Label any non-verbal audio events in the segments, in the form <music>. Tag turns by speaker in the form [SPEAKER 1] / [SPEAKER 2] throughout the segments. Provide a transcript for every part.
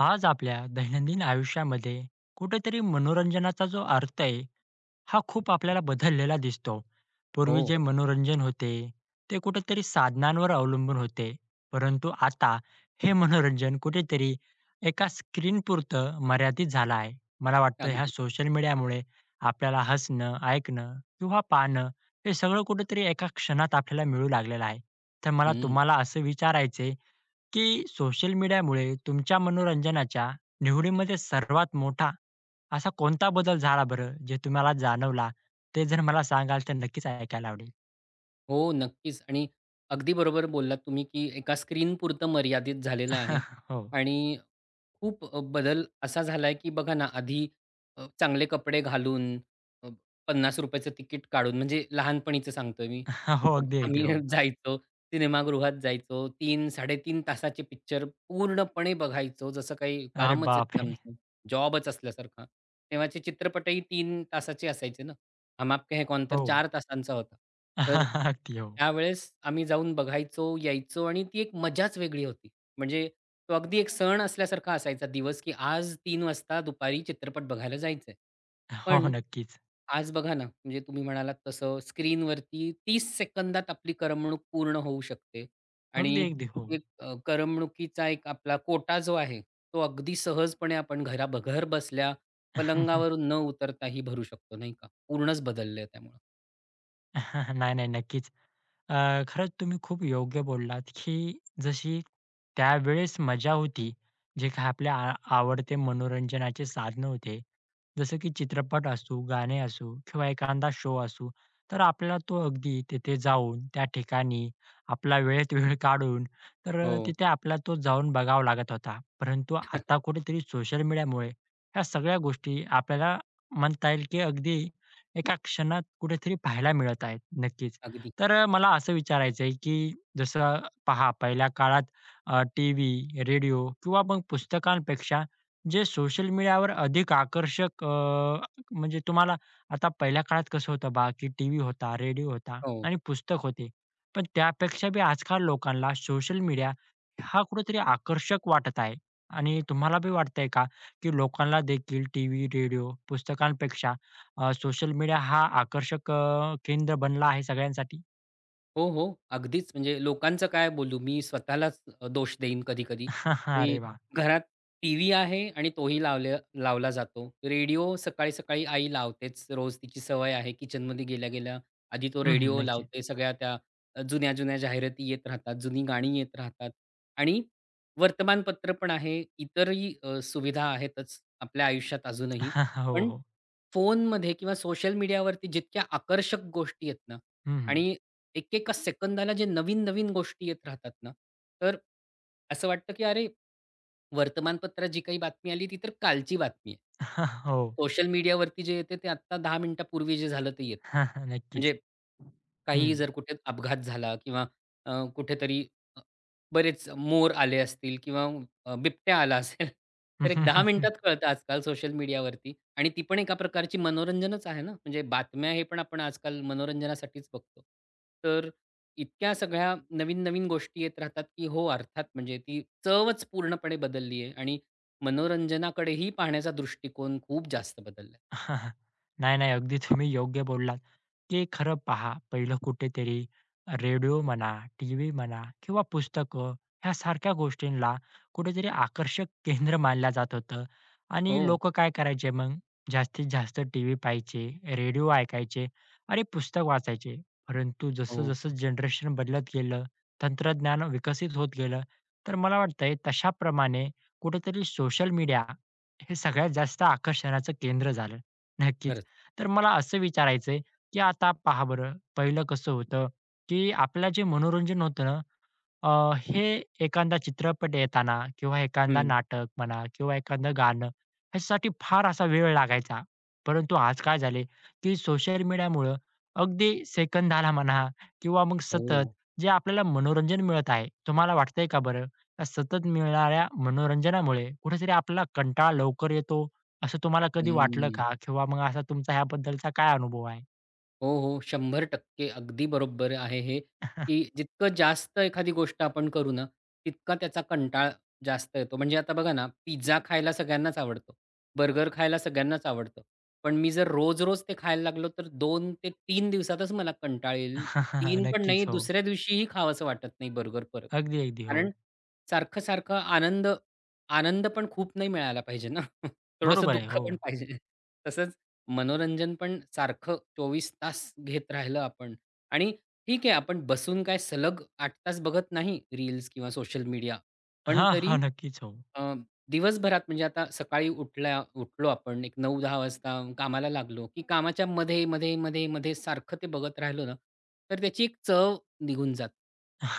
[SPEAKER 1] आज आपल्या दैनंदिन आयुष्यामध्ये कुठेतरी मनोरंजनाचा जो अर्थ आहे हा खूप आपल्याला बदललेला दिसतो.
[SPEAKER 2] हो,
[SPEAKER 1] पूर्वी जे मनोरंजन होते ते कुठेतरी साधनांवर अवलंबून होते. परंतु आता हे मनोरंजन कुठेतरी एका स्क्रीनपुरतं मर्यादित झालं आहे. मला वाटतं ह्या
[SPEAKER 2] अगदी.
[SPEAKER 1] सोशल मीडियामुळे आपल्याला हसणं, ऐकणं किंवा पाहणं हे सगळं कुठेतरी एका क्षणात आपल्याला मिळू लागलेलं आहे. तर मला
[SPEAKER 2] हं.
[SPEAKER 1] तुम्हाला असं विचारायचंय की सोशल मीडियामुळे तुमच्या मनोरंजनाच्या निवडीमध्ये सर्वात मोठा असा कोणता बदल झाला बरं, जे तुम्हाला जाणवला? ते जर मला सांगाल तर नक्कीच ऐकायला आवडेल.
[SPEAKER 2] हो, नक्कीच आणि अगदी बरोबर बोललात तुम्ही, की एका स्क्रीनपुरतं मर्यादित झालेलं आहे
[SPEAKER 1] <laughs> हो.
[SPEAKER 2] आणि खूप बदल असा झालाय, की बघा ना, आधी चांगले कपडे घालून अ, ₹50चं तिकीट काढून म्हणजे लहानपणीचं सांगतोय मी.
[SPEAKER 1] हो. अगदी, अगदी.
[SPEAKER 2] आम्ही
[SPEAKER 1] हो.
[SPEAKER 2] <laughs> जायचो, सिनेमागृहात जायचो. 3-3.5 तासाचे पिक्चर पूर्णपणे बघायचो, जसं काही
[SPEAKER 1] अरे
[SPEAKER 2] कामच आहे
[SPEAKER 1] बाप
[SPEAKER 2] ते
[SPEAKER 1] बापरे!
[SPEAKER 2] आमचं, जॉबच असल्यासारखा. तेव्हाचे चित्रपटही 3 तासाचे असायचे ना. हम आपके है कौन तर
[SPEAKER 1] हो.
[SPEAKER 2] 4 तासांचा होता. तर
[SPEAKER 1] <laughs> अगदी. हो.
[SPEAKER 2] त्यावेळेस आम्ही जाऊन बघायचो, यायचो आणि ती एक मजाच वेगळी होती. म्हणजे तो अगदी एक सण असल्यासारखा असायचा दिवस, की आज 3 वाजता दुपारी चित्रपट बघायला जायचंय.
[SPEAKER 1] हो,
[SPEAKER 2] पण
[SPEAKER 1] नक्कीच.
[SPEAKER 2] आज बघा ना, म्हणजे तुम्ही म्हणालात तसं स्क्रीनवरती 30 सेकंदात आपली करमणूक पूर्ण होऊ शकते
[SPEAKER 1] अगदी,
[SPEAKER 2] आणि
[SPEAKER 1] अगदी. हो.
[SPEAKER 2] एक करमणुकीचा एक आपला कोटा जो आहे, तो अगदी सहजपणे आपण घर बसल्या
[SPEAKER 1] <laughs>
[SPEAKER 2] पलंगावरून न उतरताही भरू शकतो, नाही का? पूर्णच बदललंय त्यामुळं.
[SPEAKER 1] नाही, नाही. नक्कीच. खरंच तुम्ही खूप योग्य बोललात, की जशी त्यावेळेस मजा होती, जे काही आपल्या आवडते मनोरंजनाचे साधनं होते, जसं की चित्रपट असू, गाणे असू किंवा एखादा शो असू, तर आपल्याला तो अगदी तिथे जाऊन, त्या ठिकाणी आपला वेळेत वेळ काढून, तर
[SPEAKER 2] हो.
[SPEAKER 1] तिथे आपल्याला तो जाऊन बघावा लागत होता. परंतु आता
[SPEAKER 2] <laughs>
[SPEAKER 1] कुठेतरी सोशल मीडियामुळे ह्या सगळ्या गोष्टी आपल्याला म्हणता येईल, की अगदी एका क्षणात कुठेतरी पाहायला मिळत आहेत. नक्कीच.
[SPEAKER 2] अगदी.
[SPEAKER 1] तर मला असं विचारायचं आहे, की जसं पहा पहिल्या काळात टीव्ही, रेडिओ किंवा मग पुस्तकांपेक्षा जे सोशल मीडियावर अधिक आकर्षक म्हणजे तुम्हाला आता पहिल्या काळात कसं होतं बघा, की टीव्ही होता, रेडिओ होता
[SPEAKER 2] हो.
[SPEAKER 1] आणि पुस्तक होते. पण त्यापेक्षा बी आजकाल लोकांना सोशल मीडिया हा कुठेतरी आकर्षक वाटत आहे आणि तुम्हाला बी वाटतंय का, की लोकांना देखील टीव्ही, रेडिओ, पुस्तकांपेक्षा सोशल मीडिया हा आकर्षक केंद्र बनला आहे सगळ्यांसाठी?
[SPEAKER 2] हो, हो. अगदीच म्हणजे लोकांचं काय बोलू मी स्वतःलाच दोष देईन कधी-कधी,
[SPEAKER 1] <laughs>
[SPEAKER 2] की
[SPEAKER 1] अरे वाह!
[SPEAKER 2] घरात टीव्ही आहे आणि तोही लावला जातो. रेडिओ सकाळी-सकाळी आई लावतेच, रोज तिची सवय आहे किचनमध्ये गेल्या-गेल्या आधी तो
[SPEAKER 1] हं, हं.
[SPEAKER 2] रेडिओ
[SPEAKER 1] नक्कीच.
[SPEAKER 2] लावते. सगळ्या त्या जुन्या-जुन्या जाहिराती येत राहतात, जुनी गाणी येत राहतात आणि वर्तमानपत्र पण आहे. इतरही सुविधा आहेतच आपल्या आयुष्यात अजूनही.
[SPEAKER 1] <laughs> हो,
[SPEAKER 2] पण
[SPEAKER 1] हो.
[SPEAKER 2] फोनमध्ये किंवा सोशल मीडियावरती जितक्या आकर्षक गोष्टी आहेत ना
[SPEAKER 1] हं, हं.
[SPEAKER 2] आणि एकेका सेकंदाला जे नवीन-नवीन गोष्टी येत राहतात ना, तर असं वाटतं, की अरे, वर्तमानपत्रात जी काही बातमी आली ती तर कालची बातमी आहे.
[SPEAKER 1] <laughs> हो.
[SPEAKER 2] सोशल मीडियावरती जे येते ते आत्ता 10 मिनिटापूर्वी जे झालं ते येतं.
[SPEAKER 1] <laughs>
[SPEAKER 2] म्हणजे
[SPEAKER 1] नक्कीच. हं.
[SPEAKER 2] काहीही जर कुठे अपघात झाला किंवा कुठेतरी बरेच मोर आले असतील किंवा बिबट्या आला असेल, <laughs> तर एक 10
[SPEAKER 1] <laughs>
[SPEAKER 2] मिनिटात कळतं आजकाल सोशल मीडियावरती आणि ती पण एका प्रकारची मनोरंजनच आहे ना, म्हणजे बातम्या हे पण आपण आजकाल मनोरंजनासाठीच बघतो. तर इतक्या सगळ्या नवीन-नवीन गोष्टी येत राहतात, की हो अर्थात म्हणजे ती चवच पूर्णपणे बदलली आहे आणि मनोरंजनाकडेही पाहण्याचा दृष्टिकोन खूप जास्त बदलला.
[SPEAKER 1] <laughs> नाही, नाही. अगदी तुम्ही योग्य बोललात, की खरं पहा पहिलं कुठेतरी रेडिओ म्हणा, टीव्ही म्हणा किंवा पुस्तकं ह्यासारख्या गोष्टींना कुठेतरी आकर्षक केंद्र मानलं जात होतं आणि
[SPEAKER 2] हो,
[SPEAKER 1] लोकं काय करायचे मग जास्तीत जास्त टीव्ही पाहायचे, रेडिओ ऐकायचे आणि पुस्तक वाचायचे. परंतु
[SPEAKER 2] हो.
[SPEAKER 1] जसं-जसं जनरेशन बदलत गेलं, तंत्रज्ञान विकसित होत गेलं, तर मला वाटतंय तशाप्रमाणे कुठेतरी सोशल मीडिया हे सगळ्यात जास्त आकर्षणाचं केंद्र झालं. नक्कीच.
[SPEAKER 2] खरंच.
[SPEAKER 1] तर मला असं विचारायचंय, की आता पहा बरं, पहिलं कसं होतं, की आपलं जे मनोरंजन होतं ना, अ, हे एखादा चित्रपट येताना किंवा एखादा
[SPEAKER 2] हं.
[SPEAKER 1] नाटक म्हणा किंवा एखादं गाणं ह्यासाठी फार असा वेळ लागायचा. परंतु आज काय झाले, की सोशल मीडियामुळं अगदी सेकंदाला म्हणा किंवा मग सतत
[SPEAKER 2] हो.
[SPEAKER 1] जे आपल्याला मनोरंजन मिळत आहे. तुम्हाला वाटतंय का बरं? या सतत मिळणाऱ्या मनोरंजनामुळे कुठेतरी आपल्याला कंटाळा लवकर येतो, असं तुम्हाला कधी वाटलं
[SPEAKER 2] हं.
[SPEAKER 1] का? किंवा मग असा तुमचा ह्याबद्दलचा काय अनुभव आहे?
[SPEAKER 2] हो, हो. 100% अगदी बरोबर आहे हे, की
[SPEAKER 1] <laughs>
[SPEAKER 2] जितकं जास्त एखादी गोष्ट आपण करू ना, तितका त्याचा कंटाळा जास्त येतो. म्हणजे आता बघा ना, पिझ्झा खायला सगळ्यांनाच आवडतो. बर्गर खायला सगळ्यांनाच आवडतं. पण मी जर रोज-रोज ते खायला लागलो, तर 2 ते 3 दिवसातच मला कंटाळा येईल. 3 पण
[SPEAKER 1] नक्कीच.
[SPEAKER 2] नाही,
[SPEAKER 1] हो.
[SPEAKER 2] दुसऱ्या दिवशीही खावंसं वाटत नाही बर्गर परत.
[SPEAKER 1] अगदी, अगदी. हो.
[SPEAKER 2] कारण सारखं-सारखं आनंद, आनंद पण खूप नाही मिळाला पाहिजे ना. <laughs> थोडंसं
[SPEAKER 1] बरोबर आहे.
[SPEAKER 2] दुःख
[SPEAKER 1] हो.
[SPEAKER 2] पण पाहिजे. तसंच मनोरंजन पण सारखं 24 तास घेत राहिलं आपण आणि ठीक आहे, आपण बसून काय सलग 8 तास बघत नाही रील्स किंवा सोशल मीडिया. पण
[SPEAKER 1] हां,
[SPEAKER 2] तरी
[SPEAKER 1] हां. नक्कीच हो.
[SPEAKER 2] अ, दिवसभरात म्हणजे आता सकाळी उठलो आपण एक 9-10 वाजता कामाला लागलो, की कामाच्या मध्ये सारखं ते बघत राहिलो ना, तर त्याची एक चव निघून जाते.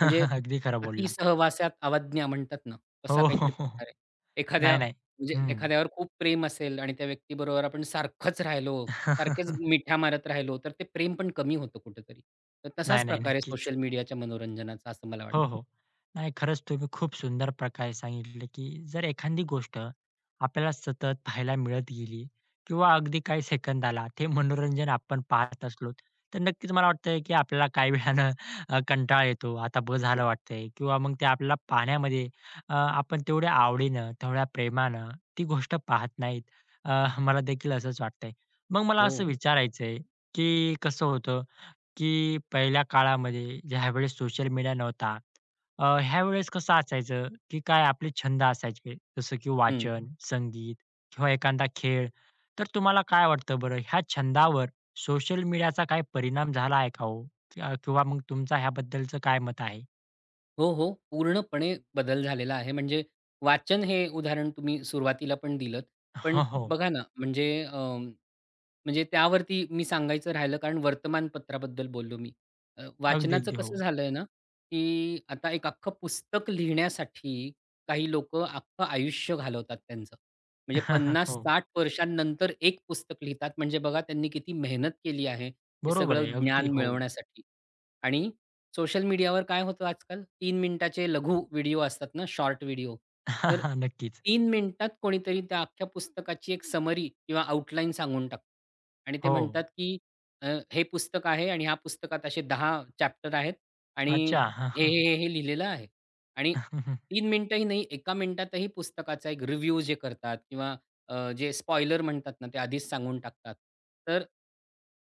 [SPEAKER 2] म्हणजे
[SPEAKER 1] अगदी खरं
[SPEAKER 2] "अति
[SPEAKER 1] बोललात.
[SPEAKER 2] सहवासात अवज्ञा" म्हणतात ना,
[SPEAKER 1] हो,
[SPEAKER 2] तसा
[SPEAKER 1] हो,
[SPEAKER 2] काहीतरी
[SPEAKER 1] हो. हो.
[SPEAKER 2] प्रकार आहे. एखाद्या
[SPEAKER 1] नाही, नाही.
[SPEAKER 2] म्हणजे
[SPEAKER 1] हं.
[SPEAKER 2] एखाद्यावर खूप प्रेम असेल आणि त्या व्यक्तीबरोबर आपण सारखंच राहिलो, सारखेच
[SPEAKER 1] <laughs>
[SPEAKER 2] मिठ्या मारत राहिलो, तर ते प्रेम पण कमी होतं कुठेतरी. तर
[SPEAKER 1] नाही,
[SPEAKER 2] तसाच
[SPEAKER 1] नाही.
[SPEAKER 2] प्रकार आहे
[SPEAKER 1] नक्कीच.
[SPEAKER 2] सोशल मीडियाच्या मनोरंजनाचा असं मला वाटतं.
[SPEAKER 1] हो, हो. नाही खरंच तुम्ही खूप सुंदर प्रकारे सांगितलं, की जर एखादी गोष्ट आपल्याला सतत पाहायला मिळत गेली किंवा अगदी काही सेकंदाला ते मनोरंजन आपण पाहत असलो, तर नक्कीच मला वाटतंय, की आपल्याला काही वेळानं कंटाळा येतो. आता बस
[SPEAKER 2] हो.
[SPEAKER 1] झालं वाटतंय किंवा मग ते आपल्याला पाहण्यामध्ये आपण तेवढ्या आवडीनं, तेवढ्या प्रेमानं ती गोष्ट पाहत नाहीत. मला देखील असंच वाटतंय. मग मला असं
[SPEAKER 2] हो.
[SPEAKER 1] विचारायचंय, की कसं होतं की पहिल्या काळामध्ये ज्यावेळेस सोशल मीडिया नव्हता, अ, ह्यावेळेस कसं असायचं, की काय आपले छंद असायचे, जसं की
[SPEAKER 2] हं.
[SPEAKER 1] वाचन, संगीत किंवा एखादा खेळ. तर तुम्हाला काय वाटतं बरं, ह्या छंदावर सोशल मीडियाचा काही परिणाम झाला आहे का हो? किंवा किंवा मग तुमचं ह्याबद्दलचं काय मत आहे?
[SPEAKER 2] हो, हो. पूर्णपणे बदल झालेला आहे. म्हणजे वाचन हे उदाहरण तुम्ही सुरुवातीला पण दिलंत. पण
[SPEAKER 1] हो, हो.
[SPEAKER 2] बघा ना, म्हणजे त्यावरती मी सांगायचं राहिलं कारण वर्तमानपत्राबद्दल बोललो मी.
[SPEAKER 1] अगदी,
[SPEAKER 2] वाचनाचं
[SPEAKER 1] अगदी. हो.
[SPEAKER 2] कसं झालंय ना, की आता एक अख्खं पुस्तक लिहिण्यासाठी काही लोकं अख्खं आयुष्य घालवतात त्यांचं. म्हणजे
[SPEAKER 1] <laughs> हो.
[SPEAKER 2] 50-60 वर्षांनंतर एक पुस्तक लिहितात. म्हणजे बघा त्यांनी किती मेहनत केली आहे, हे
[SPEAKER 1] बरोबर
[SPEAKER 2] सगळं
[SPEAKER 1] आहे. अगदी
[SPEAKER 2] ज्ञान
[SPEAKER 1] हो.
[SPEAKER 2] मिळवण्यासाठी. आणि सोशल मीडियावर काय होतं आजकाल 3 मिनिटाचे लघु व्हिडिओ असतात ना, शॉर्ट व्हिडिओ. तर
[SPEAKER 1] <laughs> नक्कीच.
[SPEAKER 2] 3 मिनिटात कोणीतरी त्या अख्ख्या पुस्तकाची एक समरी किंवा आउटलाईन सांगून टाकतो. आणि ते
[SPEAKER 1] हो.
[SPEAKER 2] म्हणतात, की हे पुस्तक आहे आणि ह्या पुस्तकात असे 10 चॅप्टर आहेत आणि
[SPEAKER 1] अच्छा.
[SPEAKER 2] हे लिहिलेलं आहे. आणि
[SPEAKER 1] <laughs>
[SPEAKER 2] 3 मिनिटंही नाही, 1 मिनिटातही पुस्तकाचा एक रिव्ह्यू जे करतात किंवा जे स्पॉइलर म्हणतात ना, ते आधीच सांगून टाकतात. तर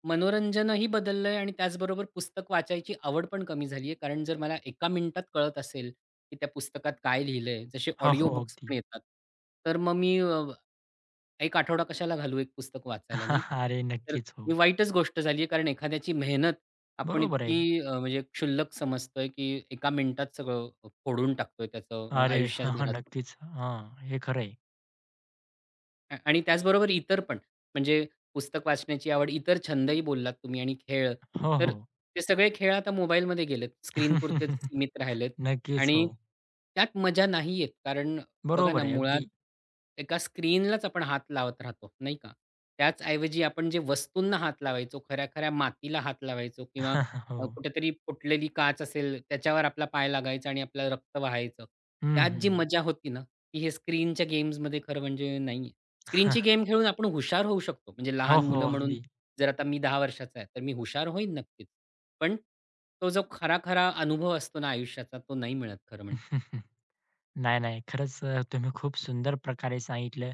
[SPEAKER 2] मनोरंजनही बदललंय आणि त्याचबरोबर पुस्तक वाचायची आवड पण कमी झाली आहे. कारण जर मला एका मिनिटात कळत असेल, की त्या पुस्तकात काय लिहिलंय, जसे
[SPEAKER 1] हो,
[SPEAKER 2] ऑडिओ
[SPEAKER 1] हो.
[SPEAKER 2] बुक्स
[SPEAKER 1] अगदी.
[SPEAKER 2] पण येतात. तर मग मी एक आठवडा कशाला घालू एक पुस्तक वाचायला, नाही का?
[SPEAKER 1] <laughs> अरे
[SPEAKER 2] तर
[SPEAKER 1] नक्कीच. हो.
[SPEAKER 2] ही वाईटच गोष्ट झाली आहे, कारण एखाद्याची मेहनत आपण
[SPEAKER 1] बरोबर आहे.
[SPEAKER 2] इतकी म्हणजे क्षुल्लक समजतोय, की एका मिनिटात सगळं फोडून टाकतोय त्याचं
[SPEAKER 1] अरे! हां, हां.
[SPEAKER 2] आयुष्यभराचं.
[SPEAKER 1] नक्कीच. हां, हे खरं आहे.
[SPEAKER 2] आणि त्याचबरोबर इतर पण, म्हणजे पुस्तक वाचण्याची आवड, इतर छंदही बोललात तुम्ही आणि खेळ.
[SPEAKER 1] हो,
[SPEAKER 2] तर
[SPEAKER 1] हो.
[SPEAKER 2] ते सगळे खेळ आता मोबाईलमध्ये गेलेत. स्क्रीनपुरतेच
[SPEAKER 1] <laughs>
[SPEAKER 2] सीमित राहिलेत
[SPEAKER 1] नक्कीच. हो.
[SPEAKER 2] आणि त्यात मजा नाही येत. कारण बघा ना,
[SPEAKER 1] बरोबर आहे
[SPEAKER 2] मुळात
[SPEAKER 1] अगदी.
[SPEAKER 2] एका स्क्रीनलाच आपण हात लावत राहतो, नाही का? त्याचऐवजी आपण जे वस्तूंना हात लावायचो, खऱ्या-खऱ्या मातीला हात लावायचो किंवा
[SPEAKER 1] <laughs> हो.
[SPEAKER 2] कुठेतरी फुटलेली काच असेल, त्याच्यावर आपला पाय लागायचा आणि आपलं रक्त वाहायचं.
[SPEAKER 1] हं,
[SPEAKER 2] त्यात जी
[SPEAKER 1] हं.
[SPEAKER 2] मजा होती ना, ती हे स्क्रीनच्या गेम्समध्ये खरं म्हणजे नाही. स्क्रीनची गेम
[SPEAKER 1] <laughs>
[SPEAKER 2] खेळून आपण हुशार होऊ शकतो. म्हणजे
[SPEAKER 1] हो,
[SPEAKER 2] लहान
[SPEAKER 1] हो.
[SPEAKER 2] मुलं म्हणून
[SPEAKER 1] अगदी.
[SPEAKER 2] जर आता मी 10 वर्षाचा आहे, तर मी हुशार होईन नक्कीच. पण तो जो खरा-खरा अनुभव असतो ना आयुष्याचा, तो नाही मिळत खरं म्हणजे.
[SPEAKER 1] <laughs> नाही, नाही. खरंच तुम्ही खूप सुंदर प्रकारे सांगितलं,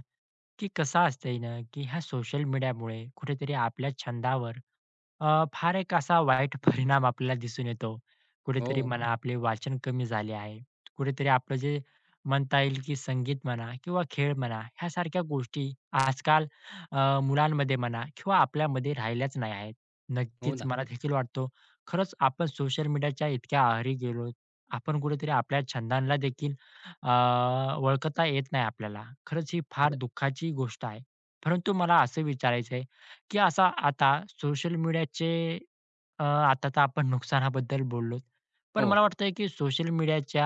[SPEAKER 1] की कसं असतंय ना, की ह्या सोशल मीडियामुळे कुठेतरी आपल्या छंदावर फार एक असा वाईट <laughs> परिणाम आपल्याला दिसून येतो. कुठेतरी
[SPEAKER 2] हो,
[SPEAKER 1] म्हणा आपले वाचन कमी झाले आहे. कुठेतरी आपलं जे म्हणता येईल, की संगीत म्हणा किंवा खेळ म्हणा ह्यासारख्या गोष्टी आजकाल मुलांमध्ये म्हणा किंवा आपल्यामध्ये राहिल्याच नाही आहेत.
[SPEAKER 2] हो
[SPEAKER 1] नक्कीच
[SPEAKER 2] ना.
[SPEAKER 1] मला देखील वाटतो, खरंच आपण सोशल मीडियाच्या इतक्या आहारी गेलो. आपण कुठेतरी आपल्या छंदांना देखील अ, ओळखता येत नाही आपल्याला. खरंच ही फार
[SPEAKER 2] खरंच.
[SPEAKER 1] दुःखाची गोष्ट आहे. परंतु मला असं विचारायचंय की असा आता सोशल मीडियाचे आता तर आपण नुकसानाबद्दल बोललोच. पण मला
[SPEAKER 2] हो,
[SPEAKER 1] वाटतंय की सोशल मीडियाच्या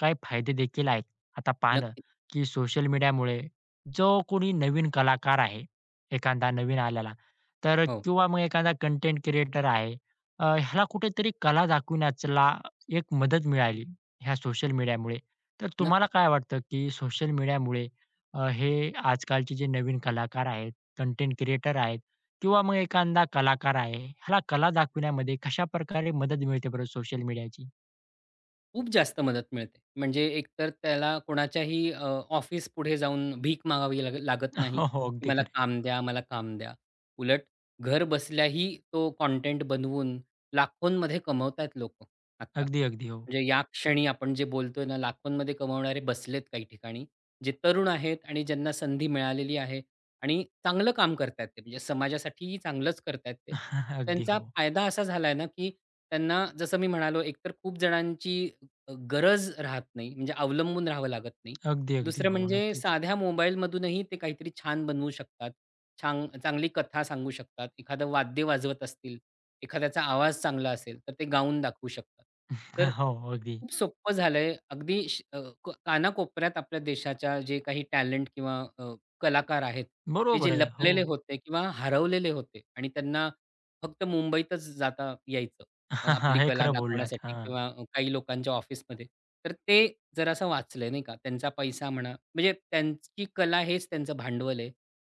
[SPEAKER 1] काही फायदे देखील आहेत. आता पहा
[SPEAKER 2] नक्की.
[SPEAKER 1] की सोशल मीडियामुळे जो कोणी नवीन कलाकार आहे, एखादा नवीन आलेला, तर
[SPEAKER 2] हो,
[SPEAKER 1] किंवा मग एखादा कंटेंट क्रिएटर आहे, ह्याला कुठेतरी कला दाखविण्याला एक मदत मिळाली ह्या सोशल मीडियामुळे. तर तुम्हाला
[SPEAKER 2] नक्की.
[SPEAKER 1] काय वाटतं की सोशल मीडियामुळे हे आजकालचे जे नवीन कलाकार आहेत, कंटेंट क्रिएटर आहेत, किंवा मग एखादा कलाकार आहे, ह्याला कला दाखविण्यामध्ये कशाप्रकारे मदत मिळते बरं सोशल मीडियाची?
[SPEAKER 2] खूप जास्त मदत मिळते. म्हणजे एकतर त्याला कोणाच्याही ऑफिस पुढे जाऊन भीक मागावी लागत नाही,
[SPEAKER 1] हो, हो.
[SPEAKER 2] की
[SPEAKER 1] अगदी
[SPEAKER 2] मला
[SPEAKER 1] खरं
[SPEAKER 2] काम द्या, मला काम द्या. उलट घर बसल्याही तो कंटेंट बनवून लाखोंमध्ये कमवतायत लोकं
[SPEAKER 1] आहे.
[SPEAKER 2] आत्ता.
[SPEAKER 1] अगदी, अगदी. हो.
[SPEAKER 2] म्हणजे या क्षणी आपण जे बोलतोय ना, लाखोंमध्ये कमवणारे बसलेत काही ठिकाणी. जे तरुण आहेत आणि ज्यांना संधी मिळालेली आहे आणि चांगलं काम करतायत ते. म्हणजे समाजासाठीही चांगलंच करतायत ते.
[SPEAKER 1] <laughs> अगदी
[SPEAKER 2] त्यांचा
[SPEAKER 1] हो.
[SPEAKER 2] फायदा असा झालाय ना, की त्यांना जसं मी म्हणालो, एकतर खूप जणांची गरज राहत नाही, म्हणजे अवलंबून राहावं लागत नाही.
[SPEAKER 1] अगदी, अगदी.
[SPEAKER 2] दुसरं
[SPEAKER 1] हो,
[SPEAKER 2] म्हणजे
[SPEAKER 1] नक्कीच.
[SPEAKER 2] साध्या मोबाईलमधूनही ते काहीतरी छान बनवू शकतात. छान चांगली कथा सांगू शकतात. एखादं वाद्य वाजवत असतील, एखाद्याचा आवाज चांगला असेल, तर ते गाऊन दाखवू शकतात. तर
[SPEAKER 1] <laughs> हो, अगदी.
[SPEAKER 2] खूप सोपं झालंय. अगदी श अ, क कानाकोपऱ्यात आपल्या देशाच्या जे काही टॅलेंट किंवा कलाकार आहेत, ते जे
[SPEAKER 1] बरोबर आहे. हो.
[SPEAKER 2] लपलेले होते किंवा हरवलेले होते आणि त्यांना फक्त मुंबईतच जाता यायचं.
[SPEAKER 1] <laughs>
[SPEAKER 2] आपली
[SPEAKER 1] हे
[SPEAKER 2] कला
[SPEAKER 1] खरं बोललात.
[SPEAKER 2] दाखवण्यासाठी
[SPEAKER 1] हां.
[SPEAKER 2] किंवा काही लोकांच्या ऑफिसमध्ये. तर ते जरासं वाचलंय नाही का. त्यांचा पैसा म्हणा, म्हणजे त्यांची कला हेच त्यांचं भांडवल आहे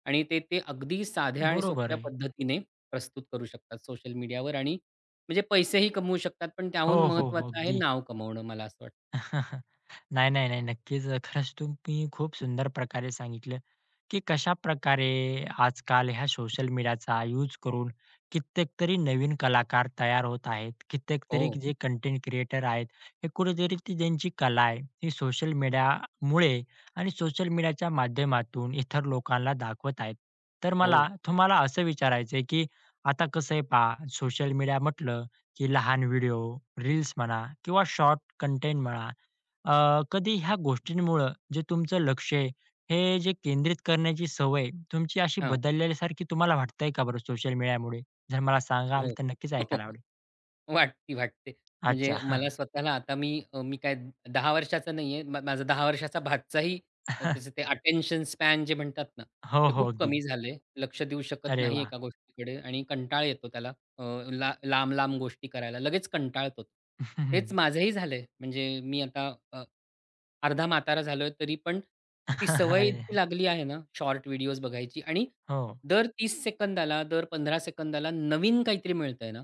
[SPEAKER 2] आणि ते ते अगदी साध्या आणि
[SPEAKER 1] बरोबर
[SPEAKER 2] सोप्या
[SPEAKER 1] आहे.
[SPEAKER 2] पद्धतीने प्रस्तुत करू शकतात सोशल मीडियावर आणि म्हणजे पैसेही कमवू शकतात. पण
[SPEAKER 1] हो,
[SPEAKER 2] त्याहून
[SPEAKER 1] हो, हो.
[SPEAKER 2] महत्त्वाचं आहे
[SPEAKER 1] अगदी.
[SPEAKER 2] नाव कमवणं मला असं वाटतं.
[SPEAKER 1] <laughs> नाही, नाही, नाही. नक्कीच. खरंच तुम्ही खूप सुंदर प्रकारे सांगितलं, की कशाप्रकारे आजकाल ह्या सोशल मीडियाचा यूज करून कित्येक तरी नवीन कलाकार तयार होत आहेत. कित्येक
[SPEAKER 2] हो,
[SPEAKER 1] तरी जे कंटेंट क्रिएटर आहेत, हे कुठेतरी ती ज्यांची कला आहे, ही सोशल मीडियामुळे आणि सोशल मीडियाच्या माध्यमातून इतर लोकांना दाखवत आहेत. तर
[SPEAKER 2] हो.
[SPEAKER 1] मला तुम्हाला असं विचारायचंय, की आता कसं आहे पहा, सोशल मीडिया म्हटलं, की लहान व्हिडिओ, रील्स म्हणा किंवा शॉर्ट कंटेंट म्हणा, कधी ह्या गोष्टींमुळं जे तुमचं लक्ष आहे, हे जे केंद्रित करण्याची सवय तुमची अशी
[SPEAKER 2] हां.
[SPEAKER 1] बदलल्यासारखी तुम्हाला वाटतंय का बरं सोशल मीडियामुळे? जर मला सांगाल
[SPEAKER 2] हो.
[SPEAKER 1] तर नक्कीच ऐकायला
[SPEAKER 2] <laughs>
[SPEAKER 1] आवडेल.
[SPEAKER 2] वाटते.
[SPEAKER 1] अच्छा.
[SPEAKER 2] म्हणजे मला स्वतःला आता मी काय 10 वर्षाचा नाहीये. माझा 10 वर्षाचा भाच्याही त्याचं ते
[SPEAKER 1] <laughs>
[SPEAKER 2] अटेन्शन स्पॅन जे म्हणतात ना,
[SPEAKER 1] हो,
[SPEAKER 2] ते
[SPEAKER 1] हो.
[SPEAKER 2] खूप
[SPEAKER 1] अगदी.
[SPEAKER 2] कमी झालंय. लक्ष देऊ शकत
[SPEAKER 1] अरे
[SPEAKER 2] नाही
[SPEAKER 1] वाह!
[SPEAKER 2] एका गोष्टीकडे आणि कंटाळा येतो त्याला. अ, ला लांब-लांब गोष्टी करायला लगेच कंटाळतो.
[SPEAKER 1] <laughs>
[SPEAKER 2] तेच माझंही झालंय. म्हणजे मी आता अ, अर्धा म्हातारा झालोय तरी पण ती सवय इतकी
[SPEAKER 1] अरे
[SPEAKER 2] लागली आहे ना, शॉर्ट व्हिडिओज बघायची आणि
[SPEAKER 1] हो.
[SPEAKER 2] दर 30 सेकंदाला, दर 15 सेकंदाला नवीन काहीतरी मिळतंय ना,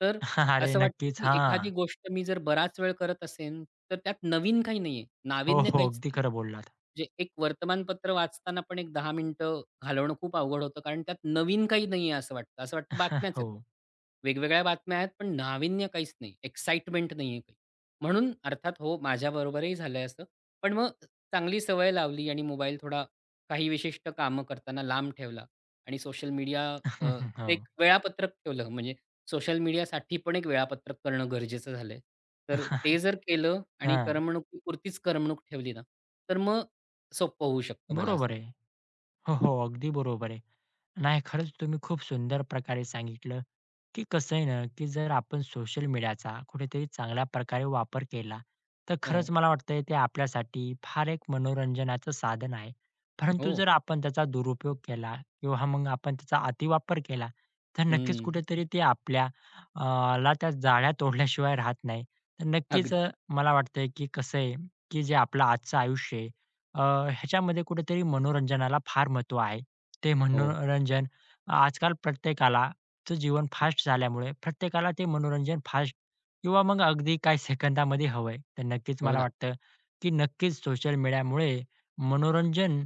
[SPEAKER 2] तर
[SPEAKER 1] <laughs> अरे
[SPEAKER 2] असं वाटतं,
[SPEAKER 1] नक्कीच.
[SPEAKER 2] की
[SPEAKER 1] हां.
[SPEAKER 2] एखादी गोष्ट मी जर बराच वेळ करत असेन, तर त्यात नवीन काही नाहीये.
[SPEAKER 1] हो,
[SPEAKER 2] नाविन्य
[SPEAKER 1] हो.
[SPEAKER 2] काहीच
[SPEAKER 1] अगदी
[SPEAKER 2] नाही.
[SPEAKER 1] खरं बोललात.
[SPEAKER 2] म्हणजे एक वर्तमानपत्र वाचताना पण एक 10 मिनिटं घालवणं खूप अवघड होतं. कारण त्यात नवीन काही नाहीये असं वाटतं. असं वाटतं
[SPEAKER 1] <laughs>
[SPEAKER 2] बातम्याच आहेत.
[SPEAKER 1] हो.
[SPEAKER 2] वेगवेगळ्या बातम्या आहेत, पण नाविन्य काहीच नाही. एक्साइटमेंट नाहीये काही. म्हणून अर्थात हो, माझ्याबरोबरही झालंय असं. पण मग चांगली सवय लावली आणि मोबाईल थोडा काही विशिष्ट कामं करताना लांब ठेवला आणि सोशल मीडिया अ,
[SPEAKER 1] <laughs> हो.
[SPEAKER 2] एक वेळापत्रक ठेवलं. म्हणजे सोशल मीडियासाठी पण एक वेळापत्रक करणं गरजेचं झालंय. तर ते जर केलं आणि
[SPEAKER 1] हां.
[SPEAKER 2] करमणुकीपुरतीच करमणूक ठेवली ना, तर मग सोपं होऊ शकतं मला असं
[SPEAKER 1] बरोबर
[SPEAKER 2] वाटतं.
[SPEAKER 1] आहे. हो, हो. अगदी बरोबर आहे. नाही, खरंच तुम्ही खूप सुंदर प्रकारे सांगितलं, की कसं आहे ना, की जर आपण सोशल मीडियाचा कुठेतरी चांगल्या प्रकारे वापर केला, तर खरंच
[SPEAKER 2] हो,
[SPEAKER 1] मला वाटतंय ते आपल्यासाठी फार एक मनोरंजनाचं साधन आहे. परंतु
[SPEAKER 2] हो.
[SPEAKER 1] जर आपण त्याचा दुरुपयोग केला किंवा मग आपण त्याचा अतिवापर केला, तर नक्कीच
[SPEAKER 2] हं.
[SPEAKER 1] कुठेतरी ते आपल्या अ, ला त्या जाळ्या तोडल्याशिवाय राहत नाही. तर नक्कीच
[SPEAKER 2] अगदी.
[SPEAKER 1] मला वाटतंय, की कसं आहे, की जे आपलं आजचं आयुष्य आहे, अ, ह्याच्यामध्ये कुठेतरी मनोरंजनाला फार महत्त्व आहे. ते
[SPEAKER 2] हो,
[SPEAKER 1] मनोरंजन आजकाल प्रत्येकालाचं जीवन फास्ट झाल्यामुळे प्रत्येकाला ते मनोरंजन फास्ट किंवा मग अगदी काही सेकंदामध्ये हवं तर नक्कीच
[SPEAKER 2] हो
[SPEAKER 1] मला
[SPEAKER 2] ना.
[SPEAKER 1] वाटतं, की नक्कीच सोशल मीडियामुळे मनोरंजन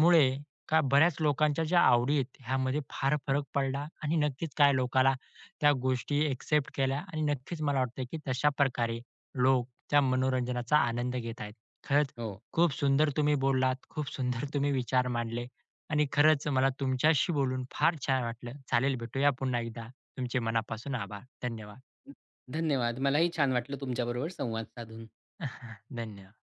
[SPEAKER 1] मुळे का बऱ्याच लोकांच्या ज्या आवडी आहेत ह्यामध्ये फार फरक पडला आणि नक्कीच काय लोकाला त्या गोष्टी एक्सेप्ट केल्या आणि नक्कीच मला वाटतं की तशा प्रकारे लोक त्या मनोरंजनाचा आनंद घेत आहेत. खरंच
[SPEAKER 2] हो.
[SPEAKER 1] खूप सुंदर तुम्ही बोललात, खूप सुंदर <laughs> तुम्ही विचार मांडले आणि खरंच मला तुमच्याशी बोलून फार छान वाटलं. चालेल भेटूया पुन्हा एकदा. तुमचे मनापासून आभार. धन्यवाद.
[SPEAKER 2] धन्यवाद. मलाही छान वाटलं तुमच्याबरोबर संवाद साधून.
[SPEAKER 1] धन्यवाद.